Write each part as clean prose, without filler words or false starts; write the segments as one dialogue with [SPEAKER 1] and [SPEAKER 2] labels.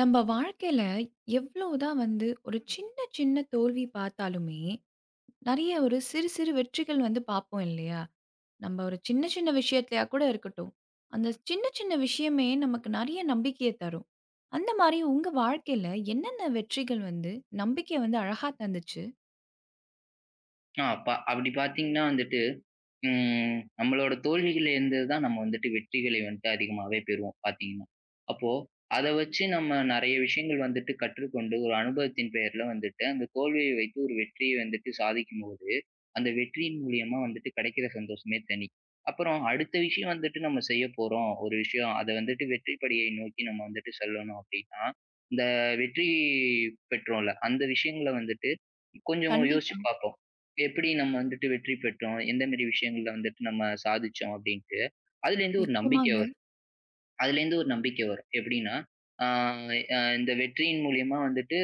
[SPEAKER 1] நம்ம வாழ்க்கையில எவ்வளவுதான் வந்து ஒரு சின்ன சின்ன தோல்வி பார்த்தாலுமே நிறைய ஒரு சிறு சிறு வெற்றிகள் வந்து பார்ப்போம் இல்லையா? நம்ம ஒரு சின்ன சின்ன விஷயத்திலயா கூட இருக்கட்டும். அந்த சின்ன சின்ன விஷயமே நமக்கு நிறைய நம்பிக்கைய தரும். அந்த மாரி உங்க வாழ்க்கையில என்னென்ன வெற்றிகள் வந்து நம்பிக்கைய வந்து அழகா தந்துச்சு?
[SPEAKER 2] ஆ ப அப்படி பார்த்தீங்கன்னா வந்துட்டு, நம்மளோட தோல்விகள்ல இருந்து தான் நம்ம வந்துட்டு வெற்றிகளை வந்துட்டு அதிகமாவே பெறுவோம் பார்த்தீங்கன்னா. அப்போ அத வச்சு நம்ம நெறைய விஷயங்கள் வந்துட்டு கற்றுக்கொண்டு, ஒரு அனுபவத்தின் பெயர்ல வந்துட்டு அந்த தோல்வியை வைத்து ஒரு வெற்றியை வந்துட்டு சாதிக்கும்போது, அந்த வெற்றியின் மூலியமா வந்துட்டு கிடைக்கிற சந்தோஷமே தனி. அப்புறம் அடுத்த விஷயம் வந்துட்டு நம்ம செய்ய போறோம். ஒரு விஷயம் அத வந்துட்டு வெற்றி படியை நோக்கி நம்ம வந்துட்டு செல்லணும் அப்படின்னா, இந்த வெற்றி பெற்றோம்ல அந்த விஷயங்கள வந்துட்டு கொஞ்சம் யோசிச்சு
[SPEAKER 1] கண்டிப்பா.
[SPEAKER 2] பார்ப்போம். எப்படி நம்ம வந்துட்டு வெற்றி பெற்றோம்? எந்த மாரி விஷயங்கள்ல வந்துட்டு நம்ம சாதிச்சோம் அப்டின்ட்டு. அதுலேருந்து ஒரு நம்பிக்கை
[SPEAKER 1] நிச்சயமாங்க.
[SPEAKER 2] வரும். அதுலேருந்து ஒரு நம்பிக்கை வரும். எப்படின்னா, ஆ அ இந்த வெற்றியின் மூலியமா வந்துட்டு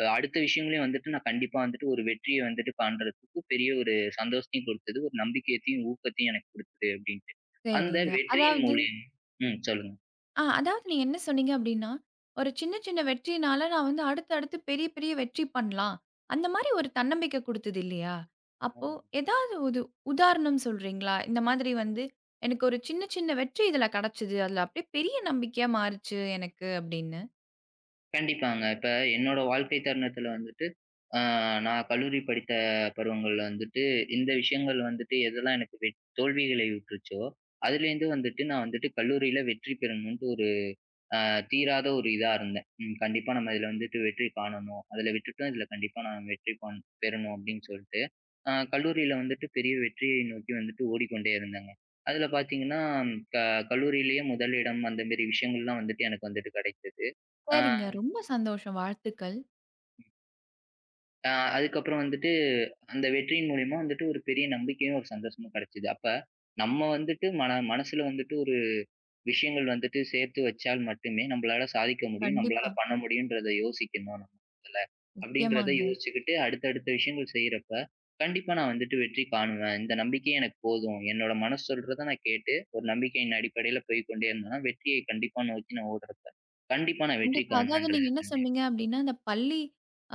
[SPEAKER 2] அடுத்த விஷயங்களையும் வந்துட்டு நான் கண்டிப்பா வந்துட்டு ஒரு வெற்றிய வந்துட்டு காண்றதுக்கு பெரிய ஒரு சந்தோஷத்தையும் குடுத்தது. ஒரு நம்பிக்கையத்தையும், ஊக்கத்தையும் எனக்கு குடுத்தது அப்டின்ட்டு. அந்த
[SPEAKER 1] சரிங்க.
[SPEAKER 2] வெற்றியின்
[SPEAKER 1] அதாவது.
[SPEAKER 2] மூலியம் ம். சொல்லுங்க.
[SPEAKER 1] அதாவது நீங்க என்ன சொன்னீங்க அப்டின்னா, ஒரு சின்ன சின்ன வெற்றினால நான் வந்து அடுத்து அடுத்து பெரிய பெரிய வெற்றி பண்ணலாம். அந்த மாரி ஒரு தன்னம்பிக்கை குடுத்தது இல்லையா? அப்போ ஏதாவது ஒரு உதாரணம் சொல்றீங்களா? இந்த மாதிரி வந்து எனக்கு ஒரு சின்ன சின்ன வெற்றி இதுல கெடைச்சது. அதுல அப்டியே பெரிய நம்பிக்கையா மாறுச்சு எனக்கு அப்டின்னு.
[SPEAKER 2] கண்டிப்பாங்க. இப்ப என்னோட வாழ்க்கை தருணத்துல வந்துட்டு, அ நான் கல்லூரி படித்த பருவங்கள்ல வந்துட்டு, இந்த விஷயங்கள் வந்துட்டு எதெல்லாம் எனக்கு தோல்விகளை விட்டுச்சோ, அதுலேருந்து வந்துட்டு நான் வந்துட்டு கல்லூரியில வெற்றி பெறணும்ன்ட்டு ஒரு அ தீராத ஒரு இதா இருந்தேன். கண்டிப்பா நம்ம இதுல வந்துட்டு வெற்றி காணணும். அதுல விட்டுட்டோம், இதுல கண்டிப்பா நான் வெற்றி காண் பெறணும் அப்படின்னு சொல்ட்டு, கல்லூரியில வந்துட்டு பெரிய வெற்றியை நோக்கி வந்துட்டு ஓடிக்கொண்டே இருந்தேங்க. அதுல பார்த்தீங்கன்னா, க கல்லூரியிலேயே முதலிடம் அந்த மாரி விஷயங்கள்லாம் வந்துட்டு எனக்கு வந்துட்டு கிடைச்சது. அ
[SPEAKER 1] சரிங்க. ரொம்ப சந்தோஷம். வாழ்த்துக்கள்.
[SPEAKER 2] அ அதுக்கப்புறம் வந்துட்டு, அந்த வெற்றியின் மூலியமா வந்துட்டு ஒரு பெரிய நம்பிக்கையும், ஒரு சந்தோஷமும் கிடைச்சது. அப்ப நம்ம வந்துட்டு மனசுல வந்துட்டு ஒரு விஷயங்கள் வந்துட்டு சேர்த்து வச்சால் மட்டுமே நம்மளால சாதிக்க முடியும். நம்மளால
[SPEAKER 1] கண்டிப்பா.
[SPEAKER 2] பண்ண முடியும்ன்றத யோசிக்கணும் நம்ம முதல்ல. அப்படின்றத
[SPEAKER 1] நிச்சயமாங்க.
[SPEAKER 2] யோசிச்சுக்கிட்டு அடுத்தடுத்த விஷயங்கள் செய்யறப்ப, கண்டிப்பா நான் வந்துட்டு வெற்றி காணுவேன். இந்த நம்பிக்கையே எனக்கு போதும். என்னோட மனசு சொல்றத நான் கேட்டு, ஒரு நம்பிக்கையின் அடிப்படையில போய்க்கொண்டே இருந்தேன்னா, வெற்றியை கண்டிப்பா நோக்கி நான் ஓடுறப்ப, கண்டிப்பா நான் வெற்றி
[SPEAKER 1] கண்டிப்பா. அதாவது
[SPEAKER 2] காணுவேன்றத
[SPEAKER 1] நீங்க என்ன
[SPEAKER 2] தெரிஞ்சுக்கிட்டேன்.
[SPEAKER 1] சொன்னீங்க அப்டின்னா, அந்த பள்ளி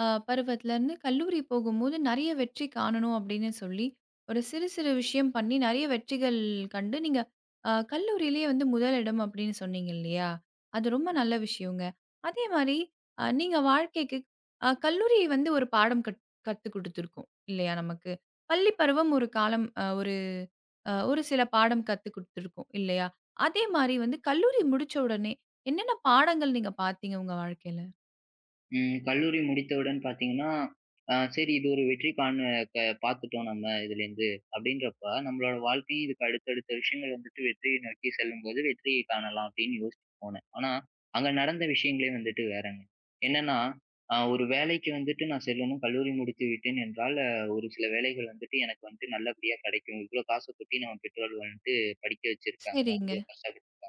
[SPEAKER 1] பருவத்திலருந்து கல்லூரி போகும்போது நெறைய வெற்றி காணணும் அப்டின்னு சொல்லி, ஒரு சிறு சிறு விஷயம் பண்ணி நெறைய வெற்றிகள் கண்டு நீங்க கல்லூரியிலேயே வந்து முதலிடம் அப்டின்னு சொன்னீங்க இல்லையா? அது ரொம்ப நல்ல விஷயங்க. அதே மாரி நீங்க வாழ்க்கைக்கு கல்லூரி வந்து ஒரு பாடம் கத்து குடுத்துருக்கும் இல்லையா நமக்கு? பள்ளி பருவம் ஒரு காலம் ஒரு ஒரு சில பாடம் கத்து குடுத்துருக்கும் இல்லையா? அதே மாரி வந்து கல்லூரி முடிச்ச உடனே என்னென்ன பாடங்கள் நீங்க பார்த்தீங்க உங்க வாழ்க்கையில?
[SPEAKER 2] ம். கல்லூரி முடித்தவுடன் பார்த்தீங்கன்னா, சரி இது ஒரு வெற்றி காண க பார்த்துட்டோம் நம்ம இதுலேருந்து அப்படின்றப்ப, நம்மளோட வாழ்க்கையும் இதுக்கு அடுத்தடுத்த விஷயங்கள் வந்துட்டு வெற்றியை நோக்கி செல்லும்போது வெற்றியை காணலாம் அப்படின்னு யோசிச்சு போனேன். ஆனா, அங்க நடந்த விஷயங்களே வந்துட்டு வேறங்க. என்னன்னா, ஒரு வேலைக்கு வந்துட்டு நான் செல்லணும். கல்லூரி முடித்து விட்டேன் என்றால், ஒரு சில வேலைகள் வந்துட்டு எனக்கு வந்துட்டு நல்லபடியா கிடைக்கும். இவ்வளோ காச கொட்டி நம்ம பெற்றோர்கள் வந்துட்டு படிக்க வச்சிருக்காங்க.
[SPEAKER 1] சரிங்க.
[SPEAKER 2] இவ்வளோ கஷ்டப்பட்டு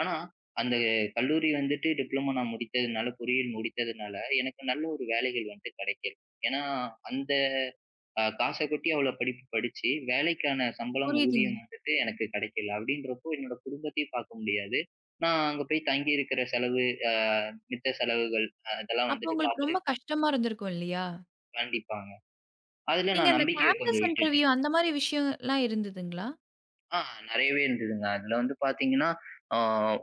[SPEAKER 2] ஆனா, அந்த கல்லூரி வந்துட்டு டிப்ளமோ நான் முடித்ததுனால, பொறியியல் முடித்ததுனால, எனக்கு நல்ல ஒரு வேலைகள் வந்து கிடைக்கல. ஏன்னா, அந்த காச கொட்டி அவ்ளோ படிப்பு படிச்சு, வேலைக்கான சம்பளம்,
[SPEAKER 1] புரியுதுங்க.
[SPEAKER 2] ஊதியம் வந்துட்டு எனக்கு கிடைக்கல. அப்படின்றப்போ என்னோட குடும்பத்தையும் பார்க்க முடியாது. நான் அங்க போய் தங்கி இருக்கிற செலவு, அ மித்த செலவுகள், இதெல்லாம்
[SPEAKER 1] அப்ப
[SPEAKER 2] வந்துட்டு
[SPEAKER 1] உங்களுக்கு
[SPEAKER 2] பார்த்துட்டு
[SPEAKER 1] ரொம்ப கஷ்டமா இருந்திருக்கும் இல்லையா?
[SPEAKER 2] காண்டிப்பாங்க. அதுல
[SPEAKER 1] நீங்க
[SPEAKER 2] நான்
[SPEAKER 1] அந்த
[SPEAKER 2] நம்பிக்கைய
[SPEAKER 1] கேம்பஸ்
[SPEAKER 2] கொஞ்சம்
[SPEAKER 1] இன்டர்வியூ
[SPEAKER 2] விட்டுட்டேன்.
[SPEAKER 1] அந்த மாரி விஷயம்லாம் இருந்ததுங்களா?
[SPEAKER 2] ஆ நெறையவே இருந்ததுங்க. அதுல வந்து பாத்தீங்கன்னா, ஆ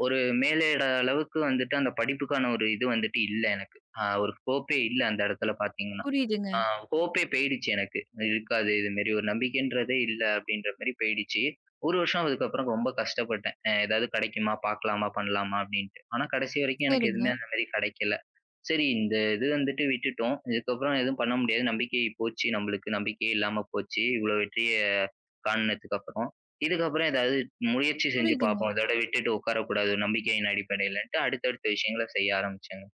[SPEAKER 2] ஒரு மேலேட அளவுக்கு வந்துட்டு அந்த படிப்புக்கான ஒரு இது வந்துட்டு இல்ல எனக்கு. ஒரு ஹோப்பே இல்ல அந்த இடத்துல பாத்தீங்கன்னா.
[SPEAKER 1] புரியுதுங்க.
[SPEAKER 2] ஆ ஹோப்பே போயிடுச்சு எனக்கு. இருக்காது இது மாரி ஒரு நம்பிக்கைன்றதே இல்ல அப்படின்ற மாரி போயிடுச்சு. ஒரு வருஷம் அதுக்கப்புறம் ரொம்ப கஷ்டப்பட்டேன். ஏதாவது கிடைக்குமா? பாக்கலாமா? பண்ணலாமா? அப்படின்ட்டு. ஆனா கடைசி வரைக்கும் எனக்கு எதுவுமே
[SPEAKER 1] சரிங்க.
[SPEAKER 2] அந்த மாரி கிடைக்கல. சரி இந்த இது வந்துட்டு விட்டுட்டோம். இதுக்கப்புறம் எதுவும் பண்ண முடியாது. நம்பிக்கை போச்சு நம்மளுக்கு. நம்பிக்கையே இல்லாம போச்சு. இவ்வளோ வெற்றிய காணுனதுக்கு அப்புறம். இதுக்கப்புறம் ஏதாவது முயற்சி செஞ்சு
[SPEAKER 1] புரியுதுங்க.
[SPEAKER 2] பார்ப்போம். இதோட விட்டுட்டு உட்காரக்கூடாது ஒரு நம்பிக்கையின் அடிப்படையிலன்ட்டு அடுத்தடுத்த விஷயங்கள செய்ய ஆரம்பிச்சேங்க.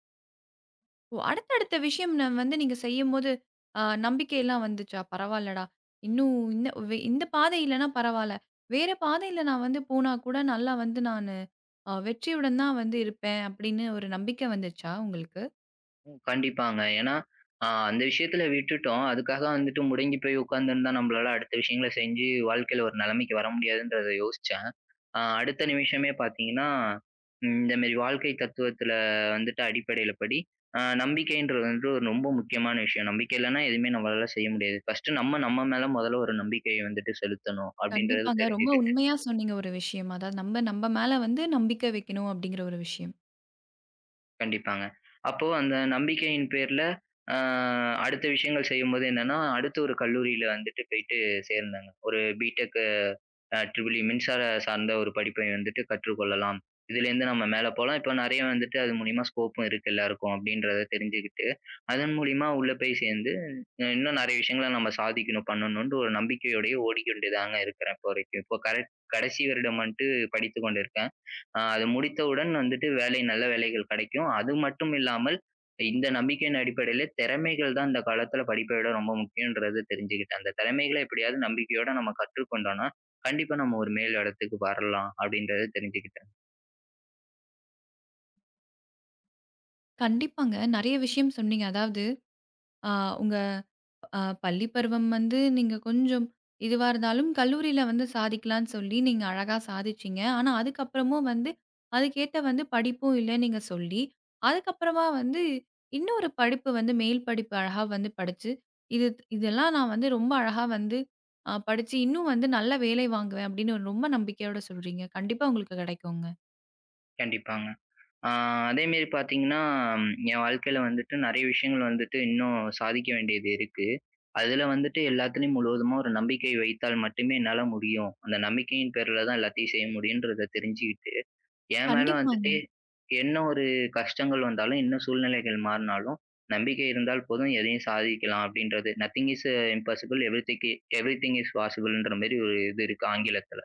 [SPEAKER 1] ஓ! அடுத்த அடுத்த விஷயம் நான் வந்து நீங்க செய்யும்போது, நம்பிக்கைலாம் வந்துச்சா? பரவால்லடா! இன்னும் இந்த இந்த பாதை இல்லன்னா பரவால்ல. வேற பாதையில நான் வந்து போனா கூட நல்லா வந்து நானு வெற்றியுடன் தான் வந்து இருப்பேன். அப்படின்னு ஒரு நம்பிக்கை வந்துச்சா உங்களுக்கு?
[SPEAKER 2] கண்டிப்பாங்க. ஏன்னா, அந்த விஷயத்துல விட்டுட்டோம். அதுக்காக வந்துட்டு முடங்கி போய் உட்கார்ந்திருந்தா நம்மளால அடுத்த விஷயங்கள செஞ்சு வாழ்க்கையில ஒரு நிலைமைக்கு வர முடியாதுன்றத யோசிச்சேன். அடுத்த நிமிஷமே பார்த்தீங்கன்னா, இந்த மாரி வாழ்க்கை தத்துவத்துல வந்துட்டு அடிப்படையில படி, நம்பிக்கைன்றது வந்து ஒரு ரொம்ப முக்கியமான விஷயம். நம்பிக்கை இல்லன்னா எதுவுமே நம்மளால செய்ய முடியாது. ஃபர்ஸ்ட்டு நம்ம நம்ம மேல முதல்ல ஒரு நம்பிக்கைய வந்துட்டு செலுத்தணும் அப்படின்றது
[SPEAKER 1] கண்டிப்பாங்க. ரொம்ப
[SPEAKER 2] தெரிஞ்சுக்கிட்டேன்.
[SPEAKER 1] உண்மையா சொன்னீங்க ஒரு விஷயம். அதாவது நம்ம நம்ம மேல வந்து நம்பிக்கை வைக்கணும் அப்படிங்கிற ஒரு விஷயம்.
[SPEAKER 2] கண்டிப்பாங்க. அப்போ அந்த நம்பிக்கையின் பேர்ல அ அடுத்த விஷயங்கள் செய்யும்போது என்னன்னா, அடுத்து ஒரு கல்லூரியில வந்துட்டு போயிட்டு சேர்ந்தேங்க. ஒரு பி.டெக் ட்ரிபிள் இ மின்சார சார்ந்த ஒரு படிப்பை வந்துட்டு கற்றுக்கொள்ளலாம். இதுலேருந்து நம்ம மேல போலாம். இப்ப நெறைய வந்துட்டு அது மூலியமா ஸ்கோப்பும் இருக்கு எல்லாருக்கும் அப்டின்றத தெரிஞ்சுக்கிட்டு, அதன் மூலியமா உள்ள போய் சேர்ந்து இன்னும் நெறைய விஷயங்கள நம்ம சாதிக்கணும், பண்ணணும்ன்ட்டு ஒரு நம்பிக்கையோடயே ஓடிக்கொண்டு தாங்க இருக்கிறேன் இப்போ வரைக்கும். இப்போ கரெக்ட் கடைசி வருடம் வந்துட்டு படித்துக் கொண்டிருக்கேன். அது முடித்தவுடன் வந்துட்டு வேலை நல்ல வேலைகள் கிடைக்கும். அது மட்டும் இல்லாமல் இந்த நம்பிக்கையின் அடிப்படையில திறமைகள் தான் இந்த காலத்துல படிப்பை விட ரொம்ப முக்கியம்ன்றது தெரிஞ்சுக்கிட்டேன். அந்த திறமைகள எப்படியாவது நம்பிக்கையோட நம்ம கற்றுக்கொண்டோம்னா கண்டிப்பா நம்ம ஒரு மேல் இடத்துக்கு வரலாம் அப்படின்றத தெரிஞ்சுக்கிட்டேன்.
[SPEAKER 1] கண்டிப்பாங்க. நெறைய விஷயம் சொன்னீங்க. அதாவது, அ உங்க பள்ளி பருவம் வந்து நீங்க கொஞ்சம் இதுவா இருந்தாலும், கல்லூரியில வந்து சாதிக்கலான்னு சொல்லி நீங்க அழகா சாதிச்சீங்க. ஆனா, அதுக்கப்புறமும் வந்து அதுக்கேத்த வந்து படிப்பும் இல்லன்னு நீங்க சொல்லி, அதுக்கப்புறமா வந்து இன்னொரு படிப்பு வந்து மேல் படிப்பு அழகா வந்து படிச்சு, இது இதெல்லாம் நான் வந்து ரொம்ப அழகா வந்து படிச்சு இன்னும் வந்து நல்ல வேலை வாங்குவேன் அப்படின்னு ஒரு ரொம்ப நம்பிக்கையோட சொல்றீங்க. கண்டிப்பா உங்களுக்கு கிடைக்குங்க.
[SPEAKER 2] கண்டிப்பாங்க. ஆ அதேமாரி பார்த்தீங்கன்னா, என் வாழ்க்கையில வந்துட்டு நெறைய விஷயங்கள் வந்துட்டு இன்னும் சாதிக்க வேண்டியது இருக்கு. அதுல வந்துட்டு எல்லாத்துலயும் முழுவதுமா ஒரு நம்பிக்கை வைத்தால் மட்டுமே என்னால முடியும். அந்த நம்பிக்கையின் பேர்ல தான் எல்லாத்தையும் செய்ய முடியுன்றத தெரிஞ்சுக்கிட்டு என் மேல வந்துட்டு,
[SPEAKER 1] கண்டிப்பாங்க,
[SPEAKER 2] என்ன ஒரு கஷ்டங்கள் வந்தாலும், என்ன சூழ்நிலைகள் மாறினாலும், நம்பிக்கை இருந்தால் போதும் எதையும் சாதிக்கலாம் அப்படின்றது. "Nothing is impossible, everything is பாசிபிள்ன்ற" மாரி ஒரு இது இருக்கு ஆங்கிலத்துல.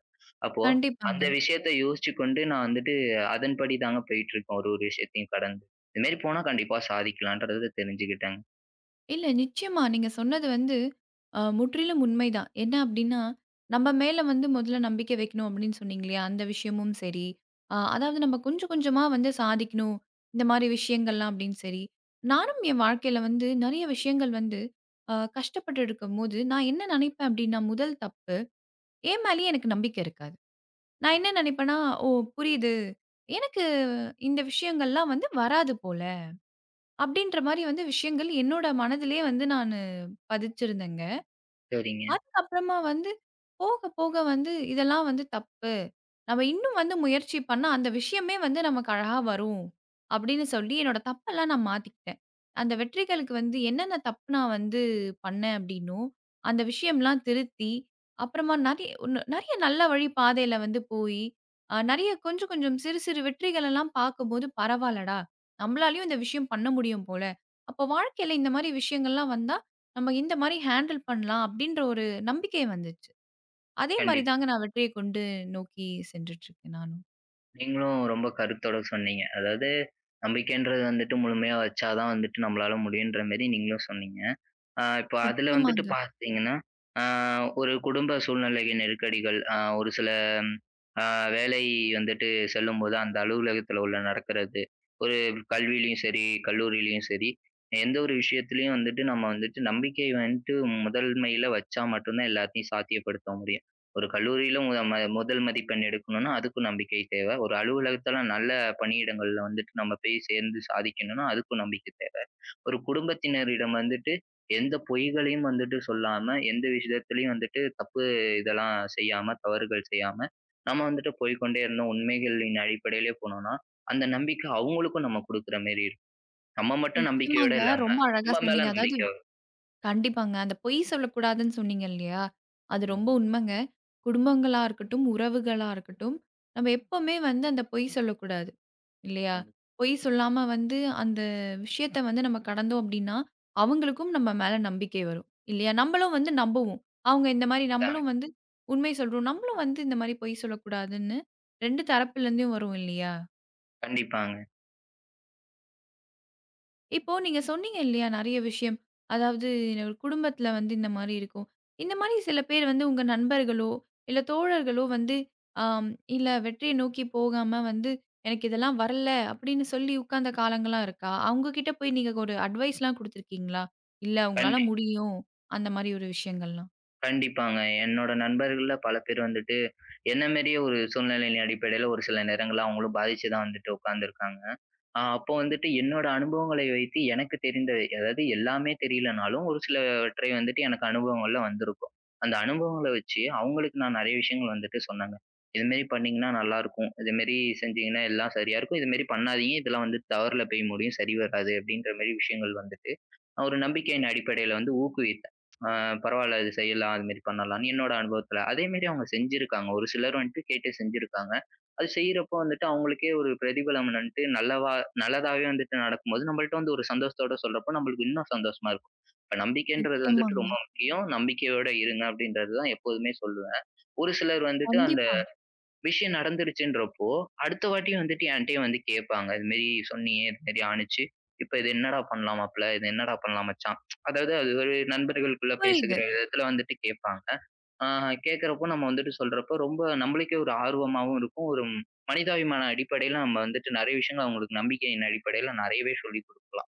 [SPEAKER 2] அப்போ அந்த
[SPEAKER 1] கண்டிப்பாங்க.
[SPEAKER 2] விஷயத்த யோசிச்சு கொண்டு நான் வந்துட்டு அதன்படி தாங்க போயிட்டுருக்கேன் ஒரு ஒரு விஷயத்தையும் கடந்து. இது மாரி போனா கண்டிப்பா சாதிக்கலான்றத தெரிஞ்சுக்கிட்டேங்க.
[SPEAKER 1] இல்ல நிச்சயமா. நீங்க சொன்னது வந்து முற்றிலும் உண்மைதான். என்ன அப்டின்னா, நம்ம மேல வந்து முதல்ல நம்பிக்கை வைக்கணும் அப்டின்னு சொன்னீங்க இல்லையா? அந்த விஷயமும் சரி, அதாவது நம்ம கொஞ்சம் கொஞ்சமா வந்து சாதிக்கணும். இந்த மாரி விஷயங்கள்லாம் அப்டின்னு சரி. நானும் என் வாழ்க்கையில வந்து நெறைய விஷயங்கள் வந்து கஷ்டப்பட்டு இருக்கும்போது, நான் என்ன நெனைப்பேன் அப்டின்னா, முதல் தப்பு, என் மேலேயே எனக்கு நம்பிக்கை இருக்காது. நான்
[SPEAKER 2] ஆ.
[SPEAKER 1] என்ன நெனைப்பேன்னா, "ஓ! புரியுது. எனக்கு இந்த விஷயங்கள்லாம் வந்து வராது போல" அப்டின்ற மாரி வந்து விஷயங்கள் என்னோட மனதிலே வந்து நானு பதிச்சிருந்தேங்க.
[SPEAKER 2] சரிங்க.
[SPEAKER 1] அதுக்கப்புறமா வந்து போக, போக வந்து இதெல்லாம் வந்து தப்பு. நம்ம இன்னும் வந்து முயற்சி பண்ணா, அந்த விஷயமே வந்து நமக்கு அழகா வரும். அப்படின்னு சொல்லி என்னோட தப்பெல்லாம் நான் மாத்திக்கிட்டேன். அந்த வெற்றிகளுக்கு வந்து என்னென்ன தப்பு நான் வந்து பண்ணேன் அப்படின்னோ, அந்த விஷயம்லாம் திருத்தி, அப்புறமா நெறைய ஒண்ணு நெறைய நல்ல வழி பாதையில வந்து போயி, நெறைய கொஞ்சம், கொஞ்சம் சிறு, சிறு வெற்றிகளெல்லாம் பார்க்கும்போது, பரவால்லடா! நம்மளாலயும் இந்த விஷயம் பண்ண முடியும் போல. அப்போ வாழ்க்கையில இந்த மாரி விஷயங்கள்லாம் வந்தா, நம்ம இந்த மாரி ஹேண்டில் பண்ணலாம். அப்படின்ற ஒரு நம்பிக்கை வந்துச்சு. அதே மாரி
[SPEAKER 2] கண்டிப்பா.
[SPEAKER 1] தாங்க நான் வெற்றியை கொண்டு நோக்கி சென்றுட்டுருக்கேன் நானும்.
[SPEAKER 2] நீங்களும் ரொம்ப கருத்தோட சொன்னீங்க. அதாவது நம்பிக்கைன்றது வந்துட்டு முழுமையா வச்சா தான் வந்துட்டு நம்மளால முடியுன்ற மாரி நீங்களும் சொன்னீங்க. இப்ப அதுல வந்துட்டு
[SPEAKER 1] நிச்சயமாங்க,
[SPEAKER 2] பாத்தீங்கன்னா, ஆ ஒரு குடும்ப சூழ்நிலை நெருக்கடிகள், ஒரு சில அ வேலை வந்துட்டு செல்லும்போது அந்த அலுவலகத்துல உள்ள நடக்கிறது. ஒரு கல்வியிலயும் சரி, கல்லூரியிலயும் சரி, எந்த ஒரு விஷயத்திலயும் வந்துட்டு நம்ம வந்துட்டு நம்பிக்கை வந்துட்டு முதன்மையில வச்சா மட்டும் தான் எல்லாத்தையும் சாத்தியப்படுத்த முடியும். ஒரு கல்லூரியில மு ம முதல் மதிப்பெண் எடுக்கணும்னா, அதுக்கும் நம்பிக்கை தேவை. ஒரு அலுவலகத்துல நல்ல பணியிடங்கள்ல வந்துட்டு நம்ம போய் சேர்ந்து சாதிக்கணும்னா, அதுக்கும் நம்பிக்கை தேவை. ஒரு குடும்பத்தினரிடம் வந்துட்டு எந்த பொய்களையும் வந்துட்டு சொல்லாம, எந்த விஷயத்திலயும் வந்துட்டு தப்பு இதெல்லாம் செய்யாம, தவறுகள் செய்யாம, நம்ம வந்துட்டு போய் கொண்டே இருந்தோம். உண்மைகளின் அடிப்படையிலே போனோம்னா, அந்த நம்பிக்க அவங்களுக்கும் நம்ம குடுக்குற மாரி இருக்கும். நம்ம மட்டும் நம்பிக்கையோட
[SPEAKER 1] நிச்சயமாங்க.
[SPEAKER 2] இல்லாம,
[SPEAKER 1] ரொம்ப அழகா
[SPEAKER 2] நம்ம மேல
[SPEAKER 1] சொன்னீங்க. அதாவது
[SPEAKER 2] நம்பிக்க வரும்.
[SPEAKER 1] கண்டிப்பாங்க. அந்த பொய் சொல்லக்கூடாதுன்னு சொன்னீங்க இல்லையா? அது ரொம்ப
[SPEAKER 2] ஆமாங்க.
[SPEAKER 1] உண்மங்க. குடும்பங்களா இருக்கட்டும், உறவுகளா இருக்கட்டும், நம்ம எப்பவுமே வந்து அந்த பொய் சொல்லக்கூடாது. இல்லையா?
[SPEAKER 2] கண்டிப்பா.
[SPEAKER 1] பொய் சொல்லாம வந்து அந்த விஷயத்த வந்து நம்ம கடந்தோம் அப்டின்னா, அவங்களுக்கும் நம்ம மேல நம்பிக்கை வரும். இல்லையா? நம்மளும் வந்து நம்புவோம். அவங்க இந்த மாரி
[SPEAKER 2] தாங்க.
[SPEAKER 1] நம்மளும் வந்து உண்மை சொல்றோம். நம்மளும் வந்து இந்த மாரி பொய் சொல்லக்கூடாதுன்னு 2 தரப்புலேருந்தும் வரும் இல்லையா?
[SPEAKER 2] கண்டிப்பாங்க.
[SPEAKER 1] இப்போ நீங்க சொன்னீங்க இல்லையா? நெறைய விஷயம். அதாவது ஒரு குடும்பத்தில வந்து இந்த மாரி இருக்கும். இந்த மாரி சில பேர் வந்து உங்க நண்பர்களோ, இல்ல தோழர்களோ வந்து, ஆம் இல்ல வெற்றிய நோக்கி போகாம வந்து, "எனக்கு இதெல்லாம் வரல" அப்படின்னு சொல்லி உட்கார்ந்த காலங்கள்லாம் இருக்கா? அவங்க கிட்ட போய் நீங்க ஒரு அட்வைஸ்லாம் குடுத்துருக்கீங்களா? "இல்ல உங்களால
[SPEAKER 2] கண்டி
[SPEAKER 1] முடியும்." அந்த மாரி ஒரு விஷயங்கள்லாம்.
[SPEAKER 2] கண்டிப்பாங்க. என்னோட நண்பர்கள்ல பல பேர் வந்துட்டு, என்ன மாரியே ஒரு சூழ்நிலையின் அடிப்படையில ஒரு சில நேரங்கள்ல அவங்களும் பாதிச்சு தான் வந்துட்டு உட்கார்ந்துருக்காங்க. அப்போ வந்துட்டு என்னோட அனுபவங்களை வைத்து எனக்கு தெரிந்த அதாவது எல்லாமே தெரியலனாலும், ஒரு சிலவற்றை வந்துட்டு எனக்கு அனுபவங்கள்ல வந்திருக்கும். அந்த அனுபவங்கள வச்சு அவங்களுக்கு நான் நெறைய விஷயங்கள் வந்துட்டு சொன்னேங்க. இதுமாரி பண்ணீங்கன்னா நல்லாருக்கும். இதுமாரி செஞ்சீங்கன்னா எல்லாம் சரியா இருக்கும். இதுமாரி பண்ணாதீங்க. இதெல்லாம் வந்து தவறுல போய் முடியும். சரி வராது அப்டின்ற மாரி விஷயங்கள் வந்துட்டு, நான் ஒரு நம்பிக்கையின் அடிப்படையில வந்து ஊக்குவித்தேன். ஆ பரவால்ல இது செய்யலாம். அதுமாரி பண்ணலாம்னு என்னோட அனுபவத்துல. அதேமாரி அவங்க செஞ்சிருக்காங்க. ஒரு சிலர் வந்துட்டு கேட்டு செஞ்சிருக்காங்க. அது செய்றப்போ வந்துட்டு அவங்களுக்கே ஒரு பிரதிபலனன்ட்டு நல்லவா நல்லதாவே வந்துட்டு நடக்கும்போது, நம்மள்ட்ட வந்து ஒரு சந்தோஷத்தோட சொல்றப்போ, நம்மளுக்கு இன்னும் சந்தோஷமா இருக்கும். இப்ப நம்பிக்கைன்றது வந்துட்டு
[SPEAKER 1] நிச்சயமாங்க.
[SPEAKER 2] ரொம்ப முக்கியம். நம்பிக்கையோட இருங்க அப்படின்றது தான் எப்போதுமே சொல்லுவேன். ஒரு சிலர் வந்துட்டு அந்த
[SPEAKER 1] கண்டிப்பா.
[SPEAKER 2] விஷயம் நடந்துருச்சுன்றப்போ, அடுத்த வாட்டி வந்துட்டு என்ட்டயே வந்து கேட்பாங்க. "இது மாரி சொன்னியே, இது மாரி ஆணுச்சு. இப்ப இது என்னடா பண்ணலாம் மாப்ள? இது என்னடா பண்ணலாம் மச்சான்?" அதாவது அது ஒரு நண்பர்களுக்குள்ள பேசுகிற
[SPEAKER 1] புரியுது.
[SPEAKER 2] விதத்துல வந்துட்டு கேட்பாங்க. ஆ கேட்கிறப்போ நம்ம வந்துட்டு சொல்றப்போ, ரொம்ப நம்மளுக்கே ஒரு ஆர்வமாவும் இருக்கும். ஒரு மனிதாபிமான அடிப்படையில நம்ம வந்துட்டு நெறைய விஷயங்கள் அவங்களுக்கு நம்பிக்கையின் அடிப்படையில நெறையவே சொல்லிக் குடுக்கலாம்.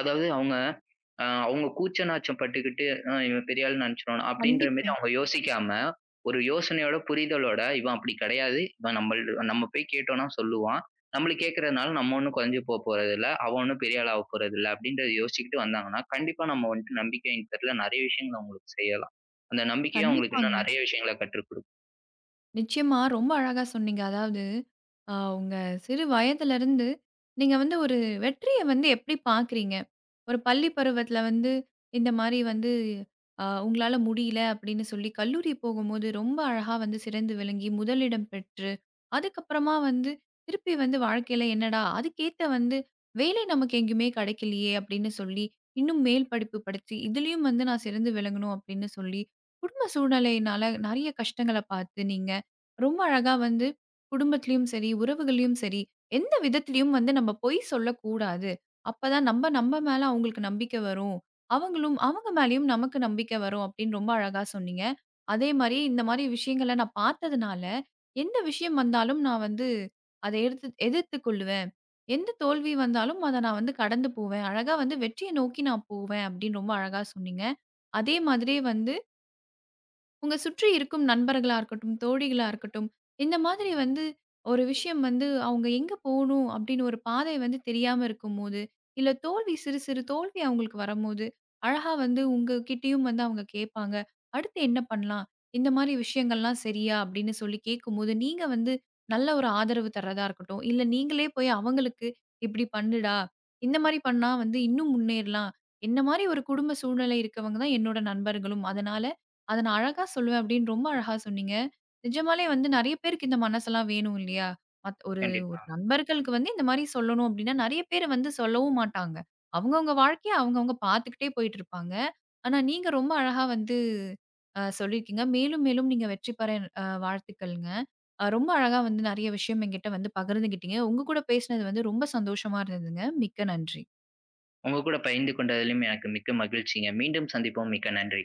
[SPEAKER 2] அதாவது அவங்க கூச்ச நாச்சம் பட்டுக்கிட்டு, "அ இவன் பெரிய ஆளுன்னு நெனச்சுருவானா?" அப்படின்ற மாரி
[SPEAKER 1] கண்டிப்பா,
[SPEAKER 2] அவங்க யோசிக்காம, ஒரு யோசனையோட, புரிதலோட, "இவன் அப்படி கெடையாது. இவன் நம்ம போய் கேட்டோம்னா சொல்லுவான். நம்மளு கேட்கறதுனால நம்ம ஒண்ணும் குறைஞ்சு போறதில்ல அவன் ஒண்ணும் பெரிய ஆளா ஆகப் போறதில்ல." அப்படின்றத யோசிச்சுக்கிட்டு வந்தாங்கன்னா, கண்டிப்பா நம்ம வந்துட்டு நம்பிக்கையின் பேர்ல நெறைய விஷயங்கள அவங்களுக்கு செய்யலாம். அந்த நம்பிக்கையே அவங்களுக்கு இன்னும்
[SPEAKER 1] கண்டிப்பாங்க.
[SPEAKER 2] நெறைய விஷயங்கள கற்றுக் குடுக்கும்.
[SPEAKER 1] நிச்சயமா ரொம்ப அழகா சொன்னீங்க. அதாவது உங்க சிறு வயதிலருந்து நீங்க வந்து ஒரு வெற்றிய வந்து எப்படி பார்க்குறீங்க? ஒரு பள்ளி பருவத்தில வந்து இந்த மாரி வந்து உங்களால முடியல அப்படின்னு சொல்லி கல்லூரி போகும்போது ரொம்ப அழகா வந்து சிறந்து விளங்கி முதலிடம் பெற்று, அதுக்கப்புறமா வந்து திருப்பி வந்து வாழ்க்கையில என்னடா அதுக்கேத்த வந்து வேலை நமக்கு எங்கேயுமே கிடைக்கலையே அப்படின்னு சொல்லி, இன்னும் மேல் படிப்பு படிச்சு இதுலயும் வந்து நான் சிறந்து விளங்கணும் அப்படின்னு சொல்லி, குடும்ப சூழ்நிலையினால நெறைய கஷ்டங்கள பார்த்து நீங்க ரொம்ப அழகா வந்து குடும்பத்திலயும் சரி, உறவுகள்லயும் சரி, எந்த விதத்திலயும் வந்து நம்ம பொய் சொல்லக்கூடாது. அப்பதான் நம்ம நம்ம மேல அவங்களுக்கு நம்பிக்கை வரும். அவங்களும் அவங்க மேலயும் நமக்கு நம்பிக்கை வரும் அப்படின்னு ரொம்ப அழகா சொன்னீங்க. அதே மாரி இந்த மாரி விஷயங்கள நான் பார்த்ததுனால, எந்த விஷயம் வந்தாலும் நான் வந்து அத எடுத்து எதிர்த்து கொள்ளுவேன். எந்த தோல்வி வந்தாலும் அத நான் வந்து கடந்து போவேன். அழகா வந்து வெற்றிய நோக்கி நான் போவேன் அப்படின்னு ரொம்ப அழகா சொன்னீங்க. அதே மாதிரியே வந்து உங்க சுற்றி இருக்கும் நண்பர்களா இருக்கட்டும், தோழிகளா இருக்கட்டும், இந்த மாதிரி வந்து ஒரு விஷயம் வந்து அவங்க எங்க போணும் அப்படின்னு ஒரு பாதை வந்து தெரியாம இருக்கும்போது, இல்ல தோல்வி சிறு சிறு தோல்வி அவங்களுக்கு வரும்போது, அழகா வந்து உங்ககிட்டயும் வந்து அவங்க கேட்பாங்க. அடுத்து என்ன பண்ணலாம்? இந்த மாரி விஷயங்கள்லாம் சரியா? அப்படின்னு சொல்லி கேட்கும்போது, நீங்க வந்து நல்ல ஒரு ஆதரவு தர்றதா இருக்கட்டும், இல்ல நீங்களே போய் அவங்களுக்கு இப்படி பண்ணுடா, இந்த மாரி பண்ணா வந்து இன்னும் முன்னேறலாம். என்ன மாரி ஒரு குடும்ப சூழ்நிலை இருக்கவங்க தான் என்னோட நண்பர்களும். அதனால அத நான் அழகா சொல்லுவேன் அப்படின்னு ரொம்ப அழகா சொன்னீங்க. நிஜமாலே வந்து நெறைய பேருக்கு இந்த மனசெல்லாம் வேணும் இல்லையா? ஒரு ஒரு
[SPEAKER 2] கண்டிப்பா.
[SPEAKER 1] நண்பர்களுக்கு வந்து இந்த மாரி சொல்லணும் அப்படின்னா, நெறைய பேர் வந்து சொல்லவும் மாட்டாங்க. அவங்கவங்க வாழ்க்கைய அவங்கவங்க பார்த்துக்கிட்டே போயிட்டு இருப்பாங்க. ஆனா நீங்க ரொம்ப அழகா வந்து சொல்லியிருக்கீங்க. மேலும் மேலும் நீங்க வெற்றி பெற வாழ்த்துக்கள்ங்க. ரொம்ப அழகா வந்து நெறைய விஷயம் என்கிட்ட வந்து பகிர்ந்துகிட்டீங்க. உங்க கூட பேசினது வந்து ரொம்ப சந்தோஷமா இருந்ததுங்க. மிக்க நன்றி.
[SPEAKER 2] உங்க கூட பகிர்ந்து கொண்டதிலும் எனக்கு மிக்க மகிழ்ச்சிங்க. மீண்டும் சந்திப்போம். மிக்க நன்றி.